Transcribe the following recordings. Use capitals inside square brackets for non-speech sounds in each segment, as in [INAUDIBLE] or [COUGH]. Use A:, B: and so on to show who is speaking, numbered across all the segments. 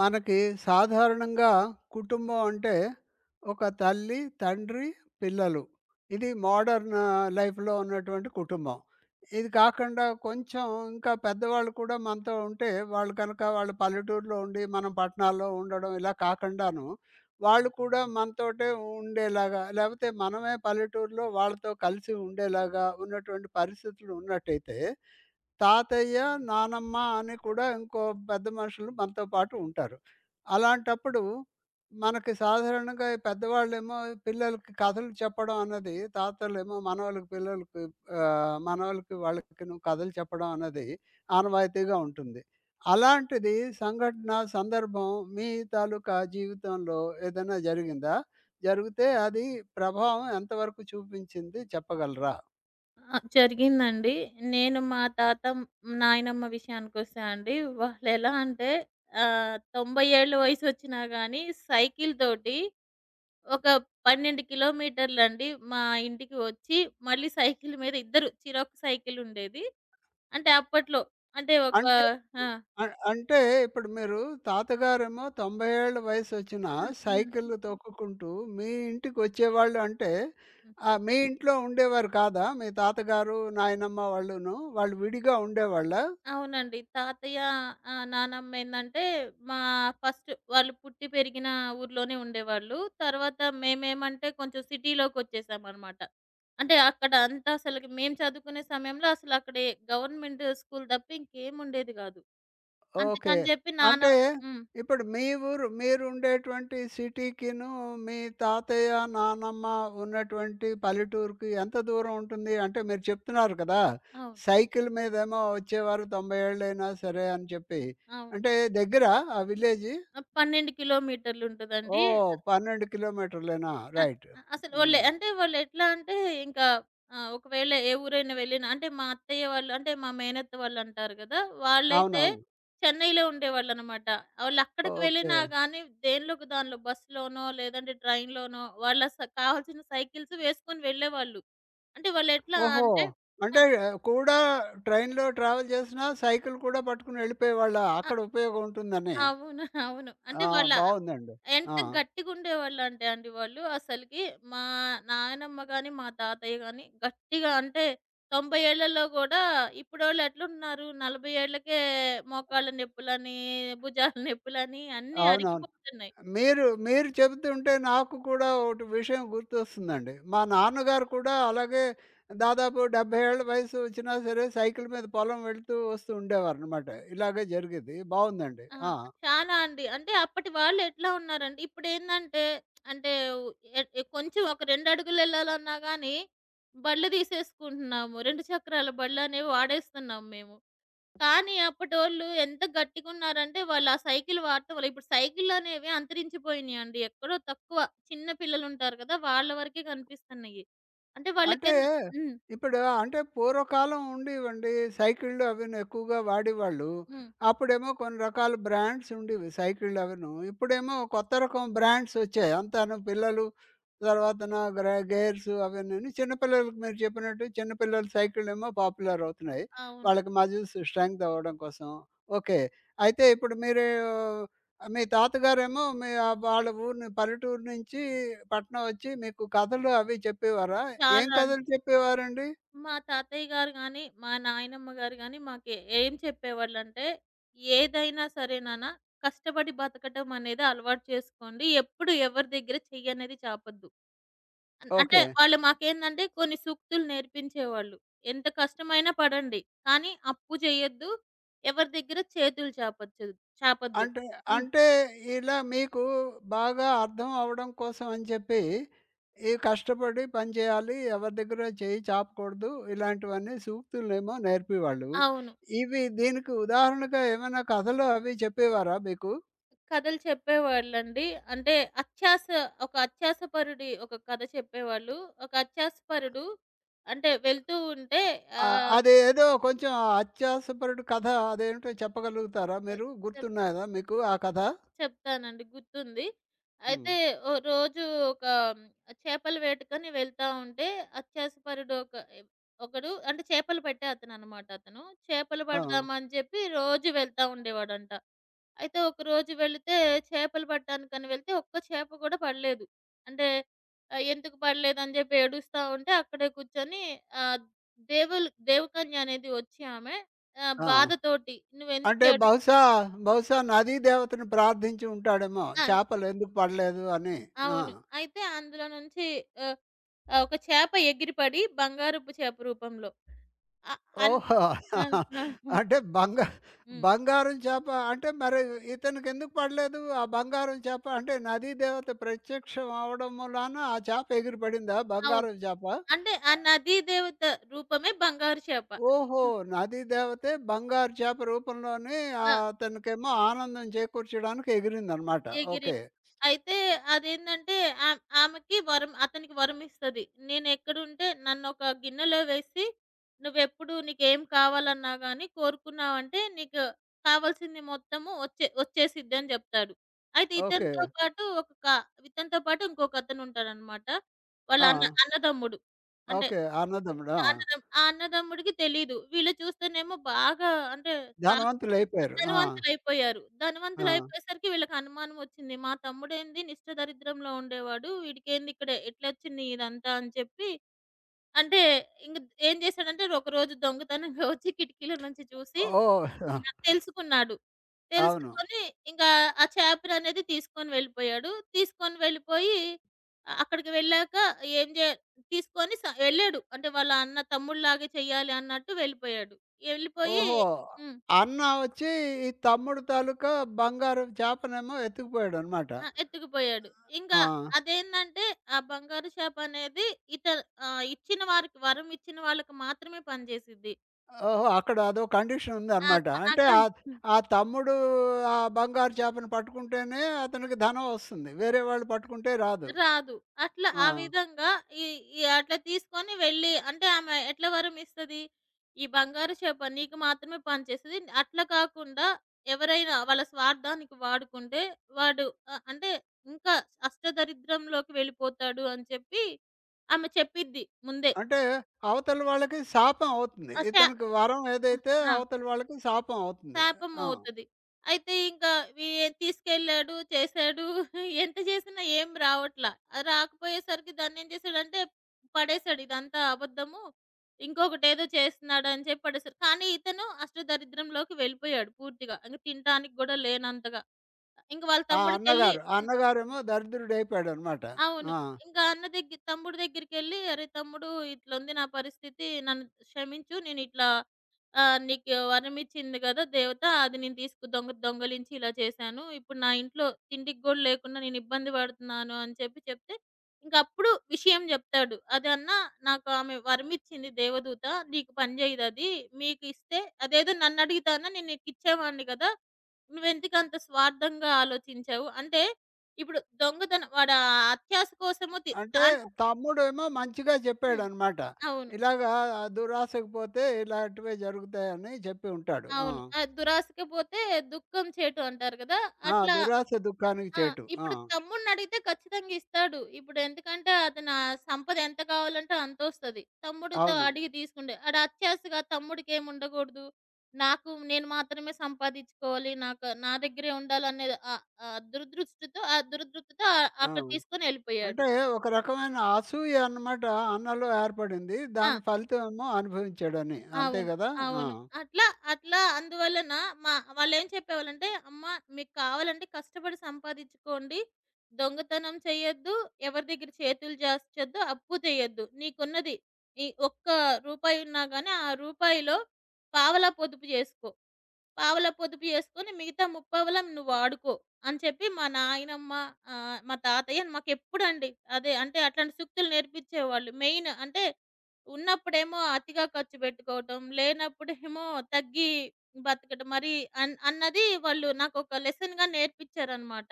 A: మనకి సాధారణంగా కుటుంబం అంటే ఒక తల్లి, తండ్రి, పిల్లలు. ఇది మోడర్న్ లైఫ్‌లో ఉన్నటువంటి కుటుంబం. ఇది కాకుండా కొంచెం ఇంకా పెద్దవాళ్ళు కూడా మనతో ఉంటే వాళ్ళు కనుక వాళ్ళు పల్లెటూరులో ఉండి, మనం పట్టణాల్లో ఉండడం ఇలా కాకుండాను, వాళ్ళు కూడా మనతోటే ఉండేలాగా, లేకపోతే మనమే పల్లెటూరులో వాళ్ళతో కలిసి ఉండేలాగా ఉన్నటువంటి పరిస్థితులు ఉన్నట్టయితే తాతయ్య, నానమ్మ అని కూడా ఇంకో పెద్ద మనుషులు మనతో పాటు ఉంటారు. అలాంటప్పుడు మనకి సాధారణంగా ఈ పెద్దవాళ్ళేమో పిల్లలకి కథలు చెప్పడం అన్నది తాతలేమో మనవలకి, పిల్లలకి మనవలకి వాళ్ళకిను కథలు చెప్పడం అన్నది ఆనవాయితీగా ఉంటుంది. అలాంటిది సంఘటన, సందర్భం మీ తాలూకా జీవితంలో ఏదైనా జరిగిందా? జరిగితే అది ప్రభావం ఎంతవరకు చూపించింది చెప్పగలరా?
B: ఆ! జరిగిందండి. నేను మా తాత, నాయనమ్మ విషయానికొస్తే అండి, వాళ్ళెలా అంటే 90 ఏళ్ళు వయసొచ్చినా గానీ సైకిల్ తోటి ఒక 12 కిలోమీటర్లండి మా ఇంటికి వచ్చి, మళ్ళీ సైకిల్ మీద ఇద్దరు చిరాకు సైకిలుండేది. అంటే అప్పట్లో అంటే ఒక
A: అంటే
B: ఆ!
A: అ అంటే ఇప్పుడు మీరు తాతగారేమో 90 ఏళ్ల వయసొచ్చినా
B: హ్మ్. హ్మ్.
A: సైకిల్ తొక్కుకుంటూ మీ ఇంటికొచ్చేవాళ్ళు అంటే మీ ఇంట్లో ఉండేవారు కాదా? మీ తాతగారు, నాయనమ్మ వాళ్ళును వాళ్ళు విడిగా ఉండేవాళ్ళా?
B: అవునండి. తాతయ్య నానమ్మ ఏందంటే, మా ఫస్ట్ వాళ్ళు పుట్టి పెరిగిన ఊర్లోనే ఉండేవాళ్ళు. తర్వాత మేమేమంటే కొంచెం సిటీలోకొచ్చేసామనమాట. అంటే అక్కడ అంతా అసలకి మేము చదువుకునే సమయంలో అసలక్కడే గవర్నమెంట్ స్కూల్ తప్ప ఇంకేముండేది గాదు.
A: ఓకే.
B: అందుకని జెప్పి నాన్న
A: అంటే
B: హ్మ్.
A: ఇప్పుడు మీ ఊరు మీరుండేటువంటి సిటీకిను, మీ తాతయ్య, నానమ్మ ఉన్నటువంటి పల్లెటూరుకి ఎంత దూరం ఉంటుంది? అంటే మీరు చెప్తున్నారు కదా!
B: అవును.
A: సైకిల్ మీదేమో వచ్చేవారు 90 ఏళ్ళైనా సరే అని చెప్పి.
B: అవును.
A: అంటే దగ్గరా ఆ విలేజు?
B: 12 కిలోమీటర్లుంటదండి.
A: ఓహ్, 12 కిలోమీటర్లేనా?
B: ఆ!
A: రైట్.
B: అసలు వాళ్ళు
A: హ్మ్.
B: అంటే వాళ్ళెట్లా అంటే ఇంకా ఒకవేళ ఏ ఊరైనా వెళ్ళినా అంటే మా అత్తయ్య వాళ్ళు అంటే మా మేనత్త వాళ్ళంటారు గదా! వాళ్ళైతే
A: అవునవును.
B: చెన్నైలో ఉండేవాళ్ళనమాట. వాళ్ళెక్కడికి
A: ఓకే.
B: వెళ్ళినా గానీ దేనిలోకి దానిలో బస్సులోనో లేదంటే ట్రైన్‌లోనో వాళ్ళ స కావాల్సిన సైకిల్స్ వేసుకొని వెళ్ళేవాళ్ళు. అంటే వాళ్ళెట్లా
A: ఓహో!
B: అంటే ఆ!
A: అంటే ఆ, కూడా ట్రైన్‌లో ట్రావెల్ చేసినా సైకిల్ కూడా పట్టుకొని వెళ్ళిపోయేవాళ్ళా?
B: ఆ!
A: అక్కడ ఉపయోగం ఉంటుందని.
B: అవును. అవును. అంటే
A: ఆ!
B: వాళ్ళ
A: బావుందండి.
B: ఎంత
A: ఆ!
B: గట్టిగుండేవాళ్ళంటే అండి వాళ్ళు అసలకి మా నాయనమ్మ గాని, మా తాతయ్య గాని గట్టిగా అంటే 90 ఏళ్లలో గూడా ఇప్పుడోళ్ళు ఎట్లున్నారు 40 ఏళ్ళకే మోకాళ్ళ నొప్పులని, భుజాల నొప్పులని అన్నీ
A: అవునవును.
B: అరిగిపోతున్నాయి.
A: మీరు మీరు చెబుతుంటే నాకు కూడా ఒకటి విషయం గుర్తొస్తుందండి. మా నాన్నగారు కూడా అలాగే దాదాపు 70 ఏళ్ల వయసు వచ్చినా సరే సైకిల్ మీద పొలం వెళ్తూ వస్తూ ఉండేవారనమాట. ఇలాగే జరిగేది. బావుందండి.
B: ఆ!
A: ఆ!
B: చాలా అండి. అంటే అప్పటి వాళ్ళు ఎట్లా ఉన్నారంటే ఇప్పుడేందంటే అంటే ఎ ఎ కొంచెం ఒక 2 అడుగులు ఎళ్ళాలన్నా గాని బళ్ళు తీసేసుకుంటున్నాము. 2 చక్రాల బళ్ళనేవి వాడేస్తున్నాం మేము. కానీ అప్పటోళ్ళు ఎంత గట్టిగున్నారంటే, వాళ్ళు ఆ సైకిల్ వాడటం వల్ల ఇప్పుడు సైకిళ్ళనేవి అంతరించిపోయినియండి. ఎక్కడో తక్కువ. చిన్న పిల్లలుంటారు కదా! వాళ్ళ వరకే కనిపిస్తున్నాయి. అంటే
A: అంటే
B: వాళ్ళకేంద హ్మ్.
A: ఇప్పుడు అంటే పూర్వకాలం ఉండేవండి. సైకిళ్ళు అవిను ఎక్కువగా వాడేవాళ్ళు.
B: హ్మ్.
A: అప్పుడేమో కొన్ని రకాల బ్రాండ్స్ ఉండేవి సైకిళ్ళు అవిను. ఇప్పుడేమో కొత్త రకం బ్రాండ్స్ వచ్చాయి. అంతాను పిల్లలు తర్వాతన గేర్స్ అవన్నీను చిన్న పిల్లలకి మీరు చెప్పినట్టు చిన్న పిల్లల సైకిళ్ళేమో పాపులర్ అవుతున్నాయి.
B: అవును.
A: వాళ్ళకి మజిల్స్ స్ట్రెంగ్త్ అవ్వడం కోసం. ఓకే. అయితే ఇప్పుడు మీరు మీ తాతగారేమో మీ వాళ్ళ ఊరిని పల్లెటూరు నుంచి పట్నం వచ్చి మీకు కథలు అవి చెప్పేవారా? ఏం
B: చాలా అంటే
A: కథలు చెప్పేవారండి?
B: మా తాతయ్య గారు గాని, మా నాయనమ్మ గారు గాని మాకు ఏం చెప్పేవాళ్ళంటే, "ఏదైనా సరే నాన్న కష్టపడి బతకటం అనేది అలవాటు చేసుకోండి. ఎప్పుడు ఎవరి దగ్గర చెయ్యనేది చాపొద్దు." అంటే
A: ఓకే.
B: వాళ్ళు మాకేందంటే కొన్ని సూక్తులు నేర్పించేవాళ్ళు. ఎంత కష్టమైనా పడండి. కానీ అప్పు చేయొద్దు. ఎవరి దగ్గర చేతులు చాపొద్దు.
A: అంటే
B: హ్మ్.
A: అంటే ఇలా మీకు బాగా అర్థం అవ్వడం కోసం అని చెప్పి, ఈ కష్టపడి పని చేయాలి, ఎవరి దగ్గర చేయి చాపకూడదు, ఇలాంటివన్నీ సూక్తులనేమో నేర్పేవాళ్ళు.
B: అవును.
A: ఇవి దీనికి ఉదాహరణగా ఏమైనా కథలు అవి చెప్పేవారా మీకు?
B: కథలు చెప్పేవాళ్ళండి. అంటే అత్యాస ఒక అత్యాసపరుడి ఒక కథ చెప్పేవాళ్ళు. ఒక అత్యాసపరుడు అంటే వెళ్తూ ఉంటే
A: ఆ!
B: ఆహ్,
A: అదేదో కొంచెం అత్యాసపరుడు కథ అదేంటో చెప్పగలుగుతారా మీరు?
B: చెప్
A: గుర్తున్నదా మీకు ఆ కథ?
B: చెప్తానండి గుర్తుంది.
A: హ్మ్.
B: అయితే ఓ రోజు ఒక చేపల వేటకని వెళ్తా ఉంటే అత్యాసపరుడు ఒక ఒకడు అంటే చేపలు పట్టే అతననమాట అతను. చేపలు
A: ఆ!
B: పడదామని చెప్పి రోజు వెళ్తా ఉండేవాడంట. అయితే ఒకరోజు వెళితే చేపలు పట్టడానికని వెళ్తే ఒక్క చేప కూడా పడలేదు. అంటే ఎందుకు పడలేదని చెప్పి ఏడుస్తా ఉంటే అక్కడే కూర్చొని ఆహ్, దేవకన్య అనేది వచ్చి ఆమె
A: ఆ!
B: బాధతోటి "నువ్వెందుకు
A: అంటే
B: ఏడు"
A: బహుశా నదీ దేవతను ప్రార్థించి ఉంటాడేమో
B: ఆ!
A: చేపలెందుకు పడలేదు అని. ఆ!
B: అవును. అయితే అందులో నుంచి ఆహ్, ఒక చేప ఎగిరిపడి బంగారపు చేప రూపంలో ఆహ్, అన్
A: ఓహో!
B: ఆ!
A: [LAUGHS]
B: ఆ! హ్మ్.
A: అంటే బంగా
B: హ్మ్.
A: బంగారం చేప అంటే మరి ఇతనికెందుకు పడలేదు? ఆ బంగారం చేప అంటే నదీ దేవత ప్రత్యక్షం అవ్వడం మూలాన ఆ చేప ఎగిరిపడిందా
B: అవును.
A: బంగారం చేప?
B: అంటే ఆ నదీ దేవత రూపమే బంగారు చేప.
A: ఓహో!
B: హ్మ్.
A: నదీ దేవతే బంగారు చేప రూపంలోని
B: ఆ!
A: అతనికేమో ఆనందం చేకూర్చడానికి ఎగిరిందనమాట.
B: ఎగిరి
A: ఓకే.
B: అయితే అదేందంటే ఆమెకి వరం అతనికి వరమిస్తది. నేనెక్కడుంటే నన్నొక గిన్నెలో వేసి, "నువ్వెప్పుడు నీకేం కావాలన్నా గానీ కోరుకున్నావంటే నీకు కావాల్సింది మొత్తము వచ్చేసిద్దని" జెప్తాడు. అయితే
A: ఓకే.
B: ఇతనితో పాటు ఇంకొకతనుంటాడనమాట. వాళ్ళ
A: ఆ!
B: అన్న అన్నదమ్ముడు. అంటే
A: ఓకే. అన్నదమ్ముడు. ఆ!
B: ఆ అన్నదమ్ముడికి తెలీదు. వీళ్ళు చూస్తేనేమో బాగా అంటే బా
A: ధనవంతులయిపోయారు. ఆ!
B: ధనవంతులయిపోయారు.
A: ఆ!
B: ధనవంతులయిపోయేసరికి వీళ్ళకి అనుమానం ఒచ్చింది. మా తమ్ముడేంది నిష్ట దరిద్రంలో ఉండేవాడు. వీడికేంది ఇక్కడే ఎట్లొచ్చింది ఇదంతా అని చెప్పి అంటే ఇంగ ఏం చేశాడంటే ఒకరోజు దొంగతనంగా వచ్చి కిటికీలో నుంచి చూసి
A: ఓహ్!
B: నాకు తెలుసుకున్నాడు.
A: అవును.
B: తెలుసుకొని ఇంకా ఆ చాపర్ అనేది తీసుకొని వెళ్ళిపోయాడు. తీసుకొని వెళ్ళిపోయి ఆ అక్కడికి వెళ్ళాక ఏం జే తీసుకొని స వెళ్ళాడు. అంటే వాళ్ళ అన్న తమ్ముడిలాగే చేయాలి అన్నట్టు వెళ్ళిపోయాడు. వెళ్ళిపోయి
A: ఓహో!
B: హ్మ్.
A: అన్న వచ్చి ఈ తమ్ముడు తాలూకా బంగారు చేపనేమో ఎత్తుకుపోయాడనమాట.
B: ఆ! ఎత్తుకుపోయాడు. ఇంకా
A: ఆ!
B: అదేందంటే, ఆ బంగారు చేప అనేది ఇత ఇచ్చిన వారికి వరం ఇచ్చిన వాళ్ళకి మాత్రమే పనిచేసిద్ది.
A: ఓహో! అక్కడ అదో కండిషన్
B: ఆహ్,
A: ఉందనమాట.
B: క
A: అంటే
B: అక హ్మ్.
A: ఆ తమ్ముడు ఆ బంగారు చేపను పట్టుకుంటేనే అతనికి ధనం వస్తుంది. వేరే వాళ్ళు పట్టుకుంటే రాదు.
B: రాదు. అట్లా ఆ
A: ఆ!
B: విధంగా ఈ ఈ అట్లా తీసుకొని వెళ్ళి అంటే ఆమె ఎట్లా వరం ఇస్తది? ఈ బంగారు చేప నీకు మాత్రమే పనిచేస్తది. అట్లా కాకుండా ఎవరైనా వాళ్ళ స్వార్థానికి వాడుకుంటే వాడు ఆహ్, అంటే ఇంకా అష్టదరిద్రంలోకి వెళ్ళిపోతాడు అని చెప్పి ఆమె చెప్పిద్ది ముందే.
A: అంటే అవతల వాళ్ళకి శాపం అవుతుంది.
B: ఆ! శా
A: ఇతనికి వరం ఏదైతే
B: ఆ!
A: అవతల వాళ్ళకి శాపం అవుతుంది.
B: శాపం
A: ఆ!
B: అవుతది. అయితే ఇంకా వీ తీసుకెళ్ళాడు, చేశాడు. [LAUGHS] ఎంత చేసినా ఏం రావట్ల. రాకపోయేసరికి దాన్నేం చేశాడంటే పడేశాడు. ఇదంతా అబద్ధము. ఇంకొకటేదో చేస్తున్నాడని చెప్పి పడేశారు. కానీ ఇతను అష్టదరిద్రంలోకి వెళ్ళిపోయాడు పూర్తిగా. ఇంక తినటానికి గూడా లేనంతగా. ఇంక వాళ్ళ
A: ఆ
B: తమ్ముడికెళ్ళి
A: అన్నగారు. ఆ
B: హ్మ్.
A: అన్నగారేమో దరిద్రుడైపోయాడనమాట.
B: అవును.
A: ఆ!
B: ఇంకా అన్న దగ్గర తమ్ముడు దగ్గరికెళ్ళి, "అరే! తమ్ముడు ఇట్లుంది నా పరిస్థితి. నన్ను క్షమించు. నేనిట్లా నీకు వరమిచ్చింది గదా దేవత. అది నేను తీసుకు దొంగలించి ఇలా చేశాను. ఇప్పుడు నా ఇంట్లో తిండికి గూడా లేకుండా నేను ఇబ్బంది పడుతున్నాను" అని చెప్పి చెప్తే, ఇంకప్పుడు విషయం జెప్తాడు. "అది అన్నా నాకు ఆమె వరమిచ్చింది దేవదూత. నీకు పని జేయదది. మీకిస్తే" అదేదో నన్నడిగితే, "అన్నా నేను నీకిచ్చేవాడిని గదా! నువ్వెందుకంత స్వార్థంగా ఆలోచించావు?" అంటే ఇప్పుడు దొంగతనం వాడా అత్యాస కోసము తి
A: అంటే
B: అంటే
A: తమ్ముడేమో మంచిగా
B: హ్మ్.
A: చెప్పాడనమాట.
B: అవును.
A: ఇలాగా దురాశకు పోతే ఇలాంటివే జరుగుతాయని చెప్పి ఉంటాడు. ఆ!
B: అవును. ఆ! దురాశకి పోతే దుఃఖం చేటు అంటారు కదా!
A: ఆ!
B: అట్లా
A: దురాశ దుఃఖానికి
B: ఆ!
A: చేటు. ఆ!
B: ఇప్పుడు తమ్ముడినడిగితే ఖచ్చితంగా ఇస్తాడు. ఇప్పుడు ఎందుకంటే అతనా సంపద ఎంత కావాలంటే అంతొస్తది. తమ్ముడితో
A: అవును.
B: అడిగి తీసుకుండే. ఆడు అత్యాశగా తమ్ముడికేముండకూడదు. నాకు నేను మాత్రమే సంపాదించుకోవాలి. నాకు నా దగ్గరే ఉండాలనేది ఆహ్, ఆహ్, దురదృష్టితో ఆ దురదృప్తితో
A: ఆ!
B: అక్కడ తీసుకొని ఎళ్ళిపోయాడు.
A: అంటే ఒక రకమైన అసూయ అన్నమాట అన్నలో ఏర్పడింది.
B: ఆ!
A: దాని ఫలితం ఏమో అనుభవించాడని. అంతే
B: అవును.
A: గదా! ఆ!
B: అవును. అట్లా, అట్లా అందువలన మా వాళ్ళేం చెప్పేవాళ్ళంటే, "అమ్మ మీకు కావాలంటే కష్టపడి సంపాదించుకోండి. దొంగతనం చేయొద్దు. ఎవరి దగ్గర చేతులు జార్చొద్దు. అప్పు చేయొద్దు. నీకున్నది ఈ ఒక్క రూపాయున్నా గానీ, ఆ రూపాయిలో పావలా పొదుపు జేసుకో. పావలా పొదుపు చేసుకొని మిగతా ముప్పావలం నువ్వు వాడుకో అని చెప్పి మా నాయనమ్మ మా తాతయ్య మాకెప్పుడండి అదే అంటే అట్లాంటి సూక్తులు నేర్పించేవాళ్ళు. మెయిన్ అంటే ఉన్నప్పుడేమో అతిగా ఖర్చు పెట్టుకోవటం, లేనప్పుడేమో తగ్గి బతకడం. మరి అన్నది వాళ్ళు నాకొక లెసన్‌గా నేర్పించారనమాట.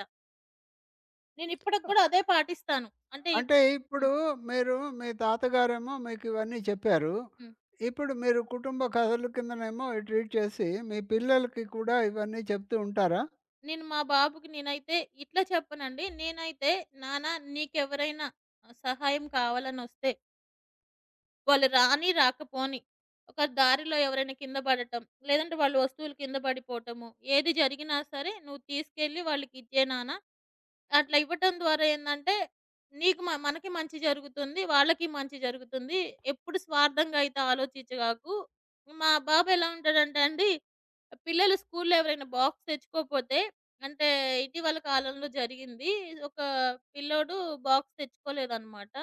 B: నేనిప్పటికి
A: అ
B: కూడా అదే పాటిస్తాను. అంటే ఇప్
A: అంటే ఇప్పుడు
B: హ్మ్.
A: మీరు మీ తాతగారేమో మీకు ఇవన్నీ చెప్పారు.
B: హ్మ్.
A: ఇప్పుడు మీరు కుటుంబ కథల కిందనేమో ట్రీట్ చేసి మీ పిల్లలకి కూడా ఇవన్నీ చెప్తూ ఉంటారా?
B: నేను మా బాబుకి నేనైతే ఇట్లా చెప్పనండి. నేనైతే నాన్న నీకెవరైనా సహాయం కావాలనొస్తే వాళ్ళు రాని, రాకపోని. ఒక దారిలో ఎవరైనా కింద పడటం, లేదంటే వాళ్ళ వస్తువులు కింద పడిపోవటము, ఏది జరిగినా సరే నువ్వు తీసుకెళ్ళి వాళ్ళకిచ్చే నాన్న. అట్లా ఇవ్వటం ద్వారా ఏందంటే, నీకు మ మనకి మంచి జరుగుతుంది. వాళ్ళకి మంచి జరుగుతుంది. ఎప్పుడు స్వార్థంగా అయితే ఆలోచించగాకు. మా బాబు ఎలా ఉంటాడంటే అండి, పిల్లలు స్కూల్‌లో ఎవరైనా బాక్స్ తెచ్చుకోపోతే అంటే ఇటీవల కాలంలో జరిగింది. ఒక పిల్లోడు బాక్స్ తెచ్చుకోలేదనమాట.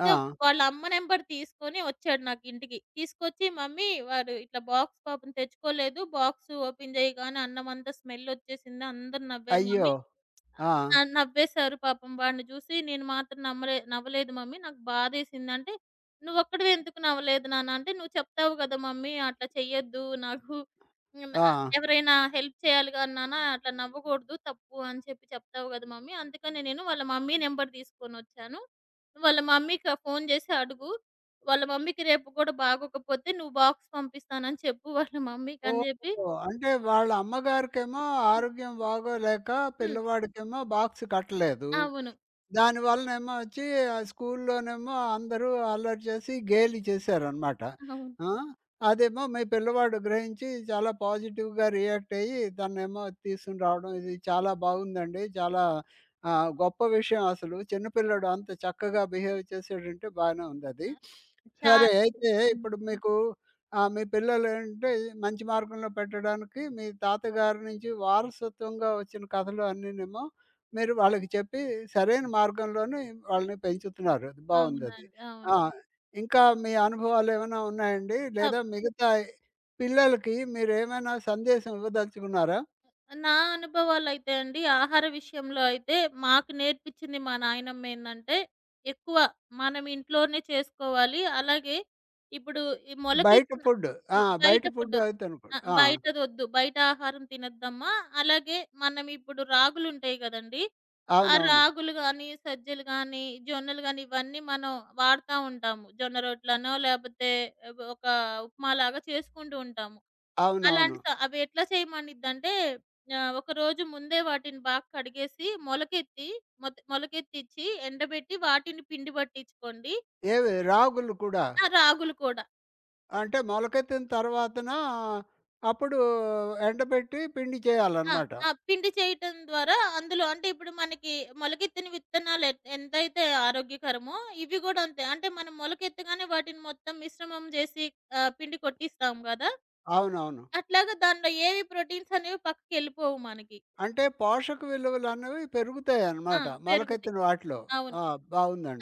A: ఆ!
B: వాళ్ళ అమ్మ నంబర్ తీసుకొని వచ్చాడు నాకింటికి. తీసుకొచ్చి, "మమ్మీ వాడు ఇట్లా బాక్స్ పాపం తెచ్చుకోలేదు. బాక్స్ ఓపెన్ చేయగానే అన్నమంతా స్మెల్ వచ్చేసింది. అందరూ నవ్వారు
A: అయ్యో!
B: మమ్మీ.
A: ఆ!
B: ఆ! నవ్వేశారు పాపం. వాడిని చూసి నేను మాత్రం నవ్వలేదు మమ్మీ నాకు బాధేసిందంటే, "నువ్వొక్కడివే ఎందుకు నవ్వలేదు నాన్న" అంటే, "నువ్వు చెప్తావు కదా మమ్మీ అట్లా చెయ్యొద్దు నాకు హ్మ్.
A: ఆ!
B: ఎవరైనా హెల్ప్ చేయాలి గాని నాన్న అట్లా నవ్వకూడదు తప్పు" అని చెప్పి చెప్తావు కదా మమ్మీ. అందుకని నేను వాళ్ళ మమ్మీ నంబర్ తీసుకొనొచ్చాను. వాళ్ళ మమ్మీకి ఆ ఫోను చేసి అడుగు. వాళ్ళ మమ్మీకి రేపు కూడా బాగోకపోతే నువ్వు బాక్స్ పంపిస్తానని చెప్పు వాళ్ళ మమ్మీకి అని చెప్పి
A: ఓహో! అంటే వాళ్ళ అమ్మగారికేమో ఆరోగ్యం బాగోలేక
B: హ్మ్.
A: పిల్లవాడికేమో బాక్స్ కట్టలేదు.
B: అవును.
A: దానివల్లనేమో వచ్చి ఆ స్కూల్లోనేమో అందరూ అల్లరి చేసి గేలి చేశారనమాట.
B: అవును.
A: ఆ! అదేమో మీ పిల్లవాడు గ్రహించి చాలా పాజిటివ్‌గా రియాక్ట్ అయ్యి తననేమో తీసుకొని రావడం ఇది చాలా బాగుందండి. చాలా గొప్ప విషయం అసలు. చిన్న పిల్లోడు అంత చక్కగా బిహేవ్ చేసాడంటే బానే ఉందది.
B: ఆ! చాలా
A: సరే అయితే
B: హ్మ్.
A: ఇప్పుడు మీకు మీ పిల్లలేంటంటే మంచి మార్గంలో పెట్టడానికి మీ తాతగారి నుంచి వారసత్వంగా వచ్చిన కథలు అన్నీనేమో మీరు వాళ్ళకి చెప్పి సరైన మార్గంలోనే వాళ్ళని పెంచుతున్నారు. అది బావుందది.
B: అవునండి.
A: ఆ!
B: అవును.
A: ఇంకా మీ అనుభవాలేమైనా ఉన్నాయండి? లేదా
B: తప్
A: మిగతా పిల్లలకి మీరేమైనా సందేశం ఇవ్వదలుచుకున్నారా?
B: నా అనుభవాలైతే అండి, ఆహార విషయంలో అయితే మాకు నేర్పించింది మా నాయనమ్మ ఏందంటే, ఎక్కువ మనం ఇంట్లోనే చేసుకోవాలి. అలాగే ఇప్పుడు ఈ
A: బయట
B: మొలకెత్తిన
A: ఫుడ్. ఆ!
B: హ్మ్.
A: బయట
B: బయట
A: ఫుడ్
B: ఫుడ్డొద్దు.
A: అవి తినకూడదు.
B: ఆ!
A: ఆ!
B: బయటదొద్దు. బయట ఆహారం తినొద్దమ్మా. అలాగే మనం ఇప్పుడు రాగులుంటాయి గదండీ! ఆ
A: అవునవును.
B: రాగులు గానీ, సజ్జలు గానీ, జొన్నలు గానీ ఇవన్నీ మనం వాడతా ఉంటాము. జొన్న రొట్లనో, లేపోతే ఒక ఉప్మాలాగా చేసుకుంటూ ఉంటాము.
A: అవునవును.
B: అలాంటి స అవి ఎట్లా చేయమనిద్దంటే ఒకరోజు ముందే వాటిని బాగా కడిగేసి మొలకెత్తి మొలకెత్తిచ్చి ఎండబెట్టి వాటిని పిండి పట్టించుకోండి.
A: ఏవి రాగులు కూడా.
B: ఆ! రాగులు కూడా.
A: అంటే మొలకెత్తిన తర్వాతన అప్పుడు ఎండబెట్టి పిండి
B: ఆ!
A: చేయాలనమాట.
B: ఆ! పిండి చేయటం ద్వారా అందులో అంటే ఇప్పుడు మనకి మొలకెత్తిన విత్తనాలు ఎంతైతే ఆరోగ్యకరమో ఇవి కూడా అంతే. అంటే మనం మొలకెత్తగానే వాటిని మొత్తం మిశ్రమం చేసి పిండి కొట్టిస్తాం గదా!
A: అవునవును.
B: అట్లాగా దాంట్లో ఏవి ప్రోటీన్స్ అనేవి పక్కకెళ్ళిపోవు మనకి.
A: అంటే పోషక విలువలనేవి
B: ఆ!
A: పెరుగుతాయన్నమాట.
B: పెరుగుతాయి.
A: మొలకెత్తిన వాటిలో.
B: అవును.
A: ఆ!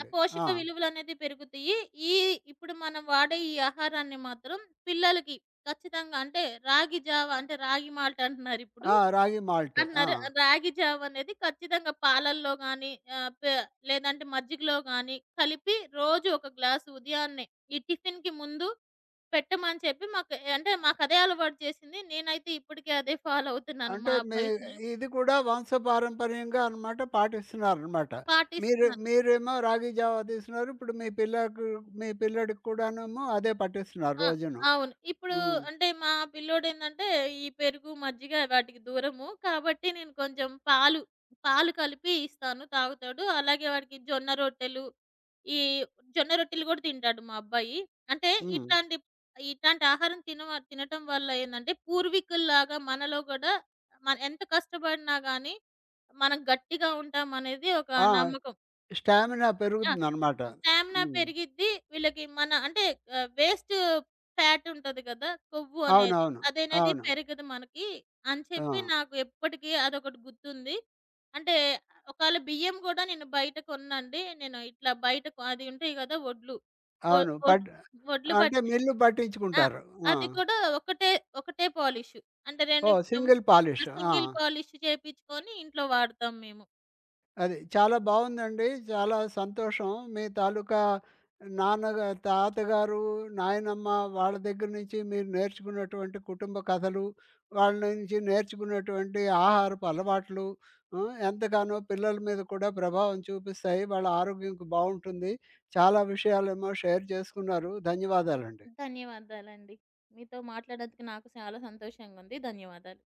B: ఆ! పోషక
A: ఆ!
B: విలువలనేది పెరుగుతాయి. ఈ ఇప్పుడు మనం వాడే ఈ ఆహారాన్ని మాత్రం పిల్లలకి ఖచ్చితంగా అంటే రాగి జావ అంటే రాగి మాల్ట్ అంటున్నారిప్పుడు.
A: ఆ! రాగి మాల్ట్. ఆ!
B: అంటున్నారు. రాగి జావ అనేది ఖచ్చితంగా పాలల్లో గానీ ఆహ్, పే లేదంటే మజ్జిగలో గానీ కలిపి రోజు ఒక గ్లాసు ఉదయాన్నే ఈ టిఫిన్‌కి ముందు పెట్టమని చెప్పి మాకు అంటే మాకదే అలవాటు చేసింది. నేనైతే ఇప్పటికి అదే ఫాలో అవుతున్నాను
A: అంటే
B: మా
A: మీ
B: భవిష్యత్తులో
A: ఇది కూడా వంశపారంపర్యంగా అన్నమాట పాటిస్తున్నారన్నమాట. మీరు
B: పాటిస్తున్నాను.
A: మీరేమో రాగి జావా తీస్తున్నారు. ఇప్పుడు మీ పిల్లకు మీ పిల్లోడికి కూడానేమో అదే పట్టిస్తున్నారు
B: ఆ!
A: రోజును.
B: అవును. ఇప్పుడు
A: హ్మ్.
B: అంటే మా పిల్లోడేందంటే, ఈ పెరుగు, మజ్జిగ వాటికి దూరము. కాబట్టి నేను కొంచెం పాలు, పాలు కలిపి ఇస్తాను తాగుతాడు. అలాగే వాడికి జొన్న రొట్టెలు, ఈ జొన్న రొట్టెలు కూడా తింటాడు మా అబ్బాయి. అంటే
A: హ్మ్.
B: ఇట్లాంటి, ఇట్లాంటి ఆహారం తినటం వల్ల ఏందంటే, పూర్వీకుల్లాగా మనలో కూడా మన ఎంత కష్టపడినా గానీ, మనం గట్టిగా ఉంటామనేది ఒక
A: ఆ!
B: నమ్మకం.
A: స్టామినా
B: ఆ!
A: పెరుగుతుందన్నమాట.
B: స్టామినా
A: హ్మ్.
B: పెరిగిద్ది. వీళ్ళకి మన అంటే ఆహ్, వేస్ట్ ఫ్యాట్ ఉంటది కదా! కొవ్వు అనేది.
A: అవునవును.
B: అదనేది
A: అవును. అవును
B: పెరగదు మనకి అని
A: ఆ!
B: చెప్పి నాకు ఎప్పటికి అదొకటి గుర్తుంది. అంటే ఒకాళ బియ్యం గూడా నేను బయట కొననండి. నేను ఇట్లా బయట కొ అది ఉంటాయి గదా! వడ్లు. ఒ
A: అవును.
B: ఒడ్ వడ్లు
A: అంటే
B: బట్టి
A: మిల్లు
B: ఆ!
A: పట్టించుకుంటారు. ఆ!
B: అది కూడా ఒకటే, ఒకటే పాలిష్. అంటే 2
A: ఓహ్,
B: ఇప్పుడు
A: సింగిల్
B: ఆ
A: పాలిష్. ఆ!
B: సింగిల్ పాలిష్ చేపించుకొని ఇంట్లో వాడతాం మేము.
A: అది. చాలా బావుందండి. చాలా సంతోషం. మీ తాలూకా తాతగారు, నాయనమ్మ వాళ్ళ దగ్గర నుంచి మీరు నేర్చుకున్నటువంటి కుటుంబ కథలు, వాళ్ళ నుంచి నేర్చుకున్నటువంటి ఆహారపు అలవాట్లు హ్మ్. ఎంతగానో పిల్లల మీద కూడా ప్రభావం చూపిస్తాయి. వాళ్ళ ఆరోగ్యం బావుంటుంది. చాలా విషయాలేమో షేర్ చేసుకున్నారు. ధన్యవాదాలండి.
B: ధన్యవాదాలండి. మీతో మాట్లాడినందుకు నాకు చాలా సంతోషంగుంది. ధన్యవాదాలు.